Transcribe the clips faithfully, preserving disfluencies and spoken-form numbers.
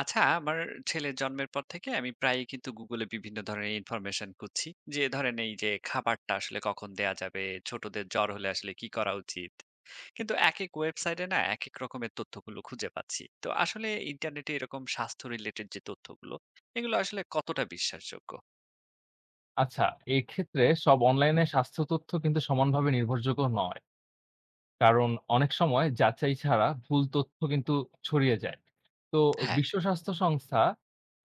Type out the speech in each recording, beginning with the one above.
আচ্ছা, আমার ছেলের জন্মের পর থেকে আমি প্রায়ই কিন্তু গুগলে বিভিন্ন ধরনের ইনফরমেশন খুঁজছি। যে ধরেন এই যে খাবারটা আসলে কখন দেয়া যাবে, ছোটদের জ্বর হলে আসলে কি করা উচিত। কিন্তু একেক ওয়েবসাইটে না একেক রকমের তথ্যগুলো খুঁজে পাচ্ছি। তো আসলে ইন্টারনেটে এরকম স্বাস্থ্য রিলেটেড যে তথ্যগুলো, এগুলো আসলে কতটা বিশ্বাসযোগ্য? আচ্ছা, এক্ষেত্রে সব অনলাইনে স্বাস্থ্য তথ্য কিন্তু সমানভাবে নির্ভরযোগ্য নয়। কারণ অনেক সময় যাচাই ছাড়া ভুল তথ্য কিন্তু ছড়িয়ে যায়। তো হ্যাঁ, বিশ্ব স্বাস্থ্য সংস্থা,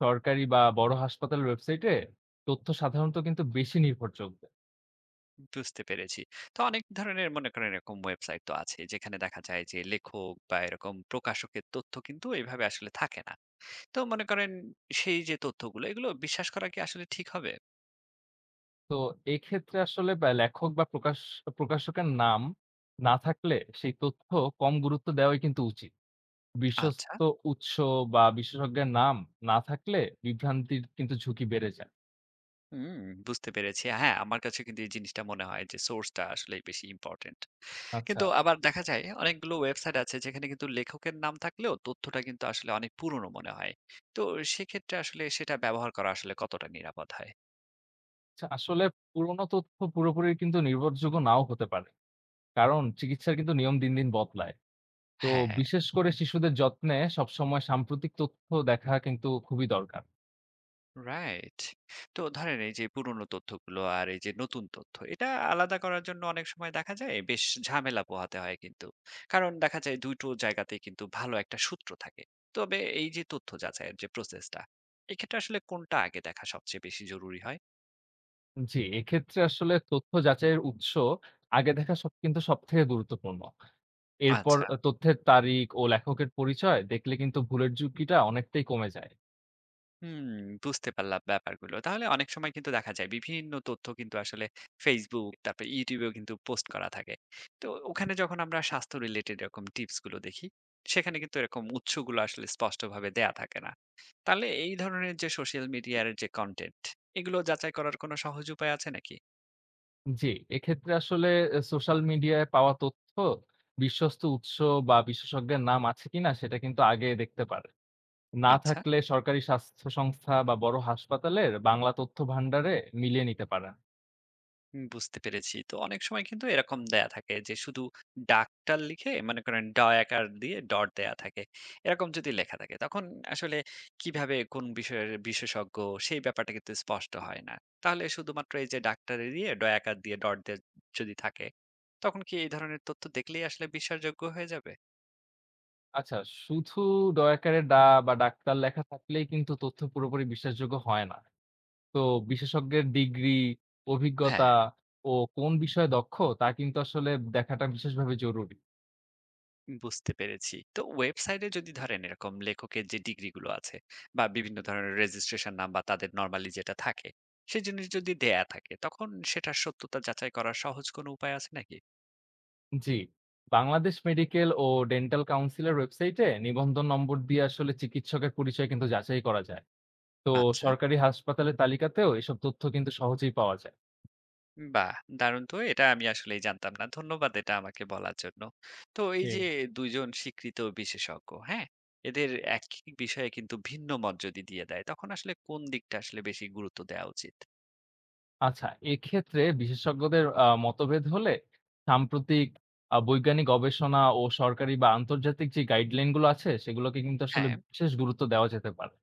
সরকারি বা বড় হাসপাতালের ওয়েবসাইটে তথ্য সাধারণত কিন্তু বেশি নির্ভরযোগ্য। বুঝতে পেরেছি। তো অনেক ধরনের মনে করেন এরকম ওয়েবসাইট তো আছে যেখানে দেখা যায় যে লেখক বা এরকম প্রকাশকের তথ্য কিন্তু এভাবে আসলে থাকে না। তো মনে করেন সেই যে তথ্যগুলো এগুলো বিশ্বাস করা কি আসলে ঠিক হবে? তো এক্ষেত্রে আসলে বা লেখক বা প্রকাশ প্রকাশকের নাম না থাকলে সেই তথ্য কম গুরুত্ব দেওয়াই কিন্তু উচিত। আচ্ছা, বিশ্বস্ত উৎস বা বিশেষজ্ঞের নাম না থাকলে বিভ্রান্তির কিন্তু ঝুঁকি বেড়ে যায়। হুম, বুঝতে পেরেছি। হ্যাঁ, আমার কাছে কিন্তু এই জিনিসটা মনে হয় যে সোর্সটা আসলেই বেশি ইম্পর্টেন্ট। আচ্ছা। কিন্তু আবার দেখা যায় অনেকগুলো ওয়েবসাইট আছে যেখানে কিন্তু লেখকের নাম থাকলেও তথ্যটা কিন্তু আসলে অনেক পুরনো মনে হয়। তো সেক্ষেত্রে আসলে সেটা ব্যবহার করা আসলে কতটা নিরাপদ হয়? আচ্ছা, আসলে পুরোনো তথ্য পুরোপুরি কিন্তু নির্ভরযোগ্য নাও হতে পারে। কারণ চিকিৎসার কিন্তু নিয়ম দিন, দিন বদলায়। তো হ্যাঁ। বিশেষ করে শিশুদের যত্নে সবসময় সাম্প্রতিক তথ্য দেখা কিন্তু খুবই দরকার। রাইট। তো ধরেন এই যে পুরনো তথ্যগুলো আর এই যে নতুন তথ্য এটা আলাদা করার জন্য অনেক সময় দেখা যায় বেশ ঝামেলা পোহাতে হয় কিন্তু। কারণ দেখা যায় দুটো জায়গাতেই কিন্তু ভালো একটা সূত্র থাকে। তবে এই যে তথ্য যাচাইয়ের যে প্রসেসটা, এক্ষেত্রে আসলে কোনটা আগে দেখা সবচেয়ে বেশি জরুরি হয়? জি, এক্ষেত্রে আসলে তথ্য যাচাইয়ের উৎস আগে দেখা সব কিন্তু সবথেকে গুরুত্বপূর্ণ। এরপর আচ্ছা। আ তথ্যের তারিখ ও লেখকের পরিচয় দেখলে কিন্তু ভুলের ঝুঁকিটা অনেকটাই কমে যায়। হুম, বুঝতে পারলাম ব্যাপারগুলো। তাহলে অনেক সময় কিন্তু দেখা যায় বিভিন্ন তথ্য কিন্তু আসলে Facebook, তারপর YouTube এও কিন্তু পোস্ট করা থাকে। তো ওখানে যখন আমরা স্বাস্থ্য রিলেটেড এরকম টিপস গুলো দেখি, সেখানে কিন্তু এরকম উৎসগুলো আসলে স্পষ্টভাবে দেয়া থাকে না। তাহলে এই ধরনের যে সোশ্যাল মিডিয়ার যে কনটেন্ট, এগুলো যাচাই করার কোনো সহজ উপায় আছে নাকি? জি, এক্ষেত্রে আসলে এ সোশ্যাল মিডিয়ায় পাওয়া তথ্য, বিশ্বস্ত উৎস বা বিশেষজ্ঞের নাম আছে কিনা সেটা কিন্তু আগে দেখতে পারে। না আচ্ছা। থাকলে সরকারি স্বাস্থ্য সংস্থা বা বড় হাসপাতালের বাংলা তথ্য ভান্ডারে মিলিয়ে নিতে পারেন। হুম, বুঝতে পেরেছি। তো অনেক সময় কিন্তু এরকম দেয়া থাকে যে শুধু ডাকটা লিখে মনে করেন ড আকার দিয়ে ডট দেয়া থাকে। এরকম যদি লেখা থাকে তখন আসলে কিভাবে কোন বিষয়ের বিশেষজ্ঞ সেই ব্যাপারটা কিন্তু স্পষ্ট হয় না। তাহলে শুধুমাত্র এই যে ডাক্তারে দিয়ে ড আকার দিয়ে ডট দিয়ে যদি থাকে তখন কি এই ধরনের তথ্য দেখলেই আসলে বিশ্বাসযোগ্য হয়ে যাবে? আচ্ছা, শুধু দয়াকারে ডা বা ডাক্তার লেখা থাকলেই কিন্তু তথ্য পুরোপুরি বিশ্বাসযোগ্য হয় না। তো বিশেষজ্ঞের ডিগ্রি, হ্যাঁ, অভিজ্ঞতা ও কোন বিষয়ে দক্ষ তা কিন্তু আসলে দেখাটা বিশেষভাবে জরুরি। বুঝতে পেরেছি। তো ওয়েবসাইটে যদি ধরেন এরকম লেখকের যে ডিগ্রিগুলো আছে বা বিভিন্ন ধরনের রেজিস্ট্রেশন নাম বা তাদের নরমালি যেটা থাকে, সেই জিনিস যদি দেয়া থাকে তখন সেটার সত্যতা যাচাই করার সহজ কোনো উপায় আছে নাকি? জি, বাংলাদেশ মেডিকেল ও ডেন্টাল কাউন্সিলের ওয়েবসাইটে নিবন্ধন নম্বর দিয়ে আসলে চিকিৎসকের পরিচয় কিন্তু যাচাই করা যায়। তো আচ্ছা, সরকারি হাসপাতালের তালিকাতেও এসব তথ্য কিন্তু সহজেই পাওয়া যায়। বাহ! দারুণ, তো এটা আমি আসলেই জানতাম না। ধন্যবাদ এটা আমাকে বলার জন্য। তো এই জি। যে দুই জন স্বীকৃত বিশেষজ্ঞ, হ্যাঁ? এদের একই বিষয়ে কিন্তু ভিন্ন মত যদি দিয়ে দেয় তখন আসলে কোন দিকটা আসলে বেশি গুরুত্ব দেওয়া উচিত? আচ্ছা, এক্ষেত্রে বিশেষজ্ঞদের আ মতভেদ হলে সাম্প্রতিক আ বৈজ্ঞানিক গবেষণা ও সরকারি বা আন্তর্জাতিক যে গাইডলাইন গুলো আছে সেগুলোকে কিন্তু আসলে হ্যাঁ। বিশেষ গুরুত্ব দেওয়া যেতে পারে।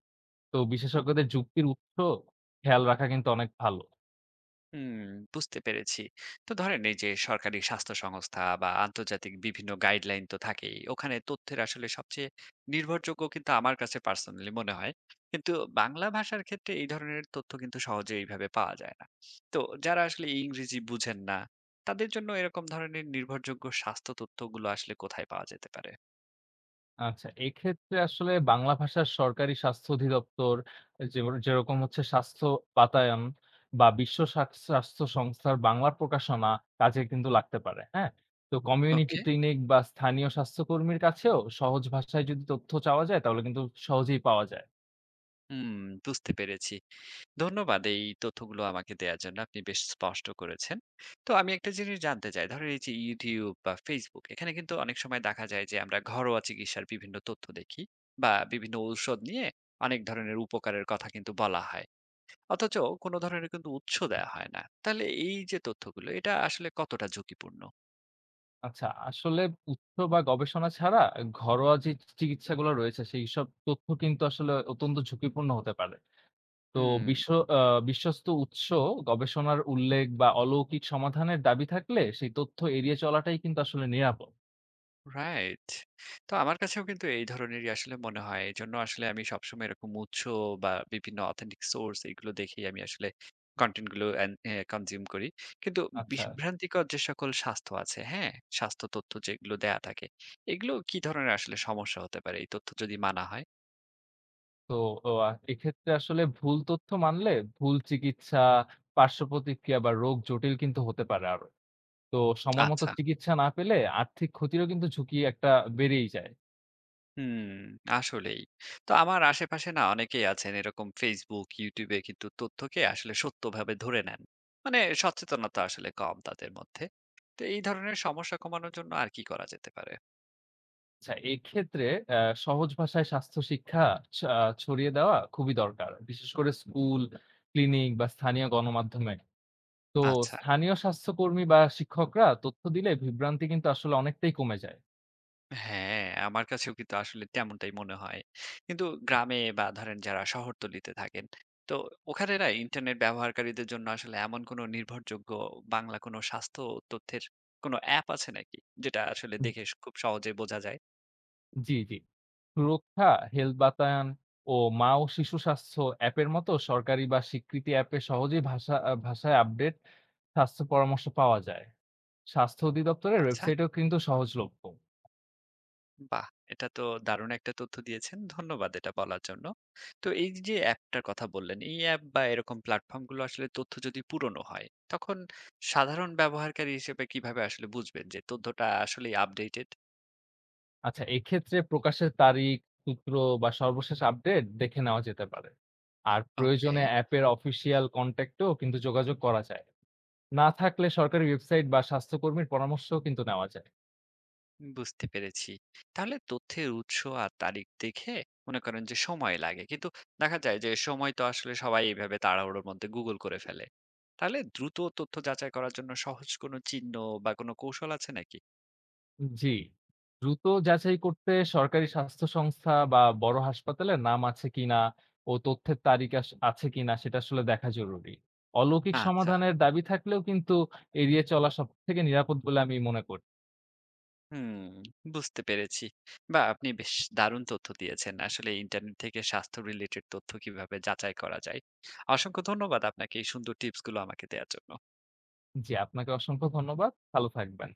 তো বিশেষজ্ঞদের যুক্তির উৎস খেয়াল রাখা কিন্তু অনেক ভালো। হুম, বুঝতে পেরেছি। তো ধরেন এই যে সরকারি স্বাস্থ্য সংস্থা বা আন্তর্জাতিক বিভিন্ন গাইডলাইন তো থাকেই। ওখানে তথ্যের আসলে সবচেয়ে নির্ভরযোগ্য কিন্তু আমার কাছে পার্সোনালি মনে হয়। কিন্তু বাংলা ভাষার ক্ষেত্রে এই ধরনের তথ্য কিন্তু সহজে এইভাবে পাওয়া যায় না। তো যারা আসলে ইংরেজি বুঝেন না, তাদের জন্য এরকম ধরনের নির্ভরযোগ্য স্বাস্থ্য তথ্যগুলো আসলে কোথায় পাওয়া যেতে পারে? আচ্ছা, এক্ষেত্রে আসলে বাংলা ভাষার সরকারি স্বাস্থ্য অধিদপ্তর যেমন যেরকম হচ্ছে স্বাস্থ্য বাতায়ন বা বিশ্ব স্বাস স্বাস্থ্য সংস্থার বাংলা প্রকাশনা কাজে কিন্তু লাগতে পারে, হ্যাঁ? তো হুম। কমিউনিটি ওকে, ক্লিনিক বা স্থানীয় স্বাস্থ্যকর্মীর কাছেও সহজ ভাষায় যদি তথ্য চাওয়া যায় তাহলে কিন্তু সহজেই পাওয়া যায়। হুম, বুঝতে পেরেছি। ধন্যবাদ এই তথ্যগুলো আমাকে দেওয়ার জন্য। আপনি বেশ স্পষ্ট করেছেন। তো আমি একটা জিনিস জানতে চাই। ধরেন এই যে YouTube বা Facebook এখানে কিন্তু অনেক সময় দেখা যায় যে আমরা ঘরোয়া চিকিৎসার বিভিন্ন তথ্য দেখি বা বিভিন্ন ঔষধ নিয়ে অনেক ধরনের উপকারের কথা কিন্তু বলা হয়। অথচ কোনো ধরনের কিন্তু উৎস দেয়া হয় না। তাহলে এই যে তথ্যগুলো এটা আসলে কতটা ঝুঁকিপূর্ণ? আচ্ছা, আসলে উৎস বা গবেষণা ছাড়া ঘরোয়া যে চিকিৎসাগুলো রয়েছে সেইসব তথ্য কিন্তু আসলে অত্যন্ত ঝুঁকিপূর্ণ হতে পারে। তো হুম, বিশ্ব আ বিশ্বস্ত উৎস, গবেষণার উল্লেখ বা অলৌকিক সমাধানের দাবি থাকলে সেই তথ্য এড়িয়ে চলাটাই কিন্তু আসলে নিরাপদ। রাইট। তো আমার কাছেও কিন্তু এই ধরনেরই আসলে মনে হয়। এজন্য আসলে আমি সবসময় এরকম উৎস বা বিভিন্ন অথেন্টিক সোর্স এগুলো দেখেই আমি আসলে কনটেন্ট গুলো এন এ কনজিউম করি। কিন্তু আচ্ছা। বিভ্রান্তিকর যে সকল স্বাস্থ্য আছে, হ্যাঁ? স্বাস্থ্য তথ্য যেগুলো দেয়া থাকে, এগুলো কি ধরনের আসলে সমস্যা হতে পারে এই তথ্য যদি মানা হয়? তো ও আ এক্ষেত্রে আসলে ভুল তথ্য মানলে ভুল চিকিৎসা, পার্শ্বপ্রতিক্রিয়া বা রোগ জটিল কিন্তু হতে পারে আরো। তো সময় মতো আচ্ছা। চিকিৎসা না পেলে আর্থিক ক্ষতিরও কিন্তু ঝুঁকি একটা বেড়েই যায়। হুম, আসলেই। তো আমার আশেপাশে না অনেকেই আছেন এরকম Facebook, YouTube এ কিন্তু তথ্যকে আসলে সত্যভাবে ধরে নেন। মানে সচেতনতা আসলে কম তাদের মধ্যে। তো এই ধরনের সমস্যা কমানোর জন্য আর কি করা যেতে পারে? আচ্ছা এক্ষেত্রে অ্যা সহজ ভাষায় স্বাস্থ্য শিক্ষা ছা ছড়িয়ে দেওয়া খুবই দরকার। বিশেষ করে স্কুল, ক্লিনিক বা স্থানীয় গণমাধ্যমে। তো আচ্ছা। স্থানীয় স্বাস্থ্যকর্মী বা শিক্ষকরা তথ্য দিলে বিভ্রান্তি কিন্তু আসলে অনেকটাই কমে যায়। হ্যাঁ, আমার কাছেও কিন্তু আসলে তেমনটাই মনে হয়। কিন্তু গ্রামে বা ধরেন যারা শহরতলিতে থাকেন, তো ওখানে না ইন্টারনেট ব্যবহারকারীদের জন্য আসলে এমন কোনো নির্ভরযোগ্য বাংলা কোনো স্বাস্থ্য তথ্যের কোনো অ্যাপ আছে নাকি? যেটা আসলে দেখে খুব সহজে বোঝা যায়? জি, জি। সুরক্ষা, হেলথ বাতায়ন ও মা ও শিশু স্বাস্থ্য অ্যাপের মতো সরকারি বা স্বীকৃতি অ্যাপে সহজেই ভাষা আ ভাষায় আপডেট স্বাস্থ্য পরামর্শ পাওয়া যায়। স্বাস্থ্য অধিদপ্তরের আচ্ছা। ওয়েবসাইটেও কিন্তু সহজলভ্য। বাহ! এটা তো দারুণ একটা তথ্য দিয়েছেন। ধন্যবাদ এটা বলার জন্য। তো এই যে অ্যাপটার কথা বললেন, এই অ্যাপ বা এরকম প্ল্যাটফর্মগুলো আসলে তথ্য যদি পুরনো হয়, তখন সাধারণ ব্যবহারকারী হিসেবে কিভাবে আসলে বুঝবেন যে তথ্যটা আসলেই আপডেটেড? আচ্ছা, এক্ষেত্রে প্রকাশের তারিখ, সূত্র বা সর্বশেষ আপডেট দেখে নেওয়া যেতে পারে। আর ওকে, প্রয়োজনে অ্যাপের অফিসিয়াল কনট্যাক্টেও কিন্তু যোগাযোগ করা যায়। না থাকলে সরকারি ওয়েবসাইট বা স্বাস্থ্যকর্মীর পরামর্শ কিন্তু নেওয়া যায়। বুঝতে পেরেছি। তাহলে তথ্যের উৎস আর তারিখ দেখে মনে করেন যে সময় লাগে। কিন্তু দেখা যায় যে সময় তো আসলে সবাই এইভাবে তাড়াহুড়োর মধ্যে Google করে ফেলে। তাহলে দ্রুত তথ্য যাচাই করার জন্য সহজ কোনো চিহ্ন বা কোনো কৌশল আছে নাকি? জি। দ্রুত যাচাই করতে সরকারি স্বাস্থ্য সংস্থা বা বড় হাসপাতালের নাম আছে কিনা ও তথ্যের তারিখ আস আছে কিনা সেটা আসলে দেখা জরুরি। অলৌকিক আচ্ছা। সমাধানের দাবি থাকলেও কিন্তু এড়িয়ে চলা সবথেকে নিরাপদ বলে আমি মনে করি। হুম, বুঝতে পেরেছি। বাহ! আপনি বেশ দারুণ তথ্য দিয়েছেন। আসলে ইন্টারনেট থেকে স্বাস্থ্য রিলেটেড তথ্য কিভাবে যাচাই করা যায়। অসংখ্য ধন্যবাদ আপনাকে এই সুন্দর টিপসগুলো আমাকে দেয়ার জন্য। জি, আপনাকে অসংখ্য ধন্যবাদ। ভালো থাকবেন।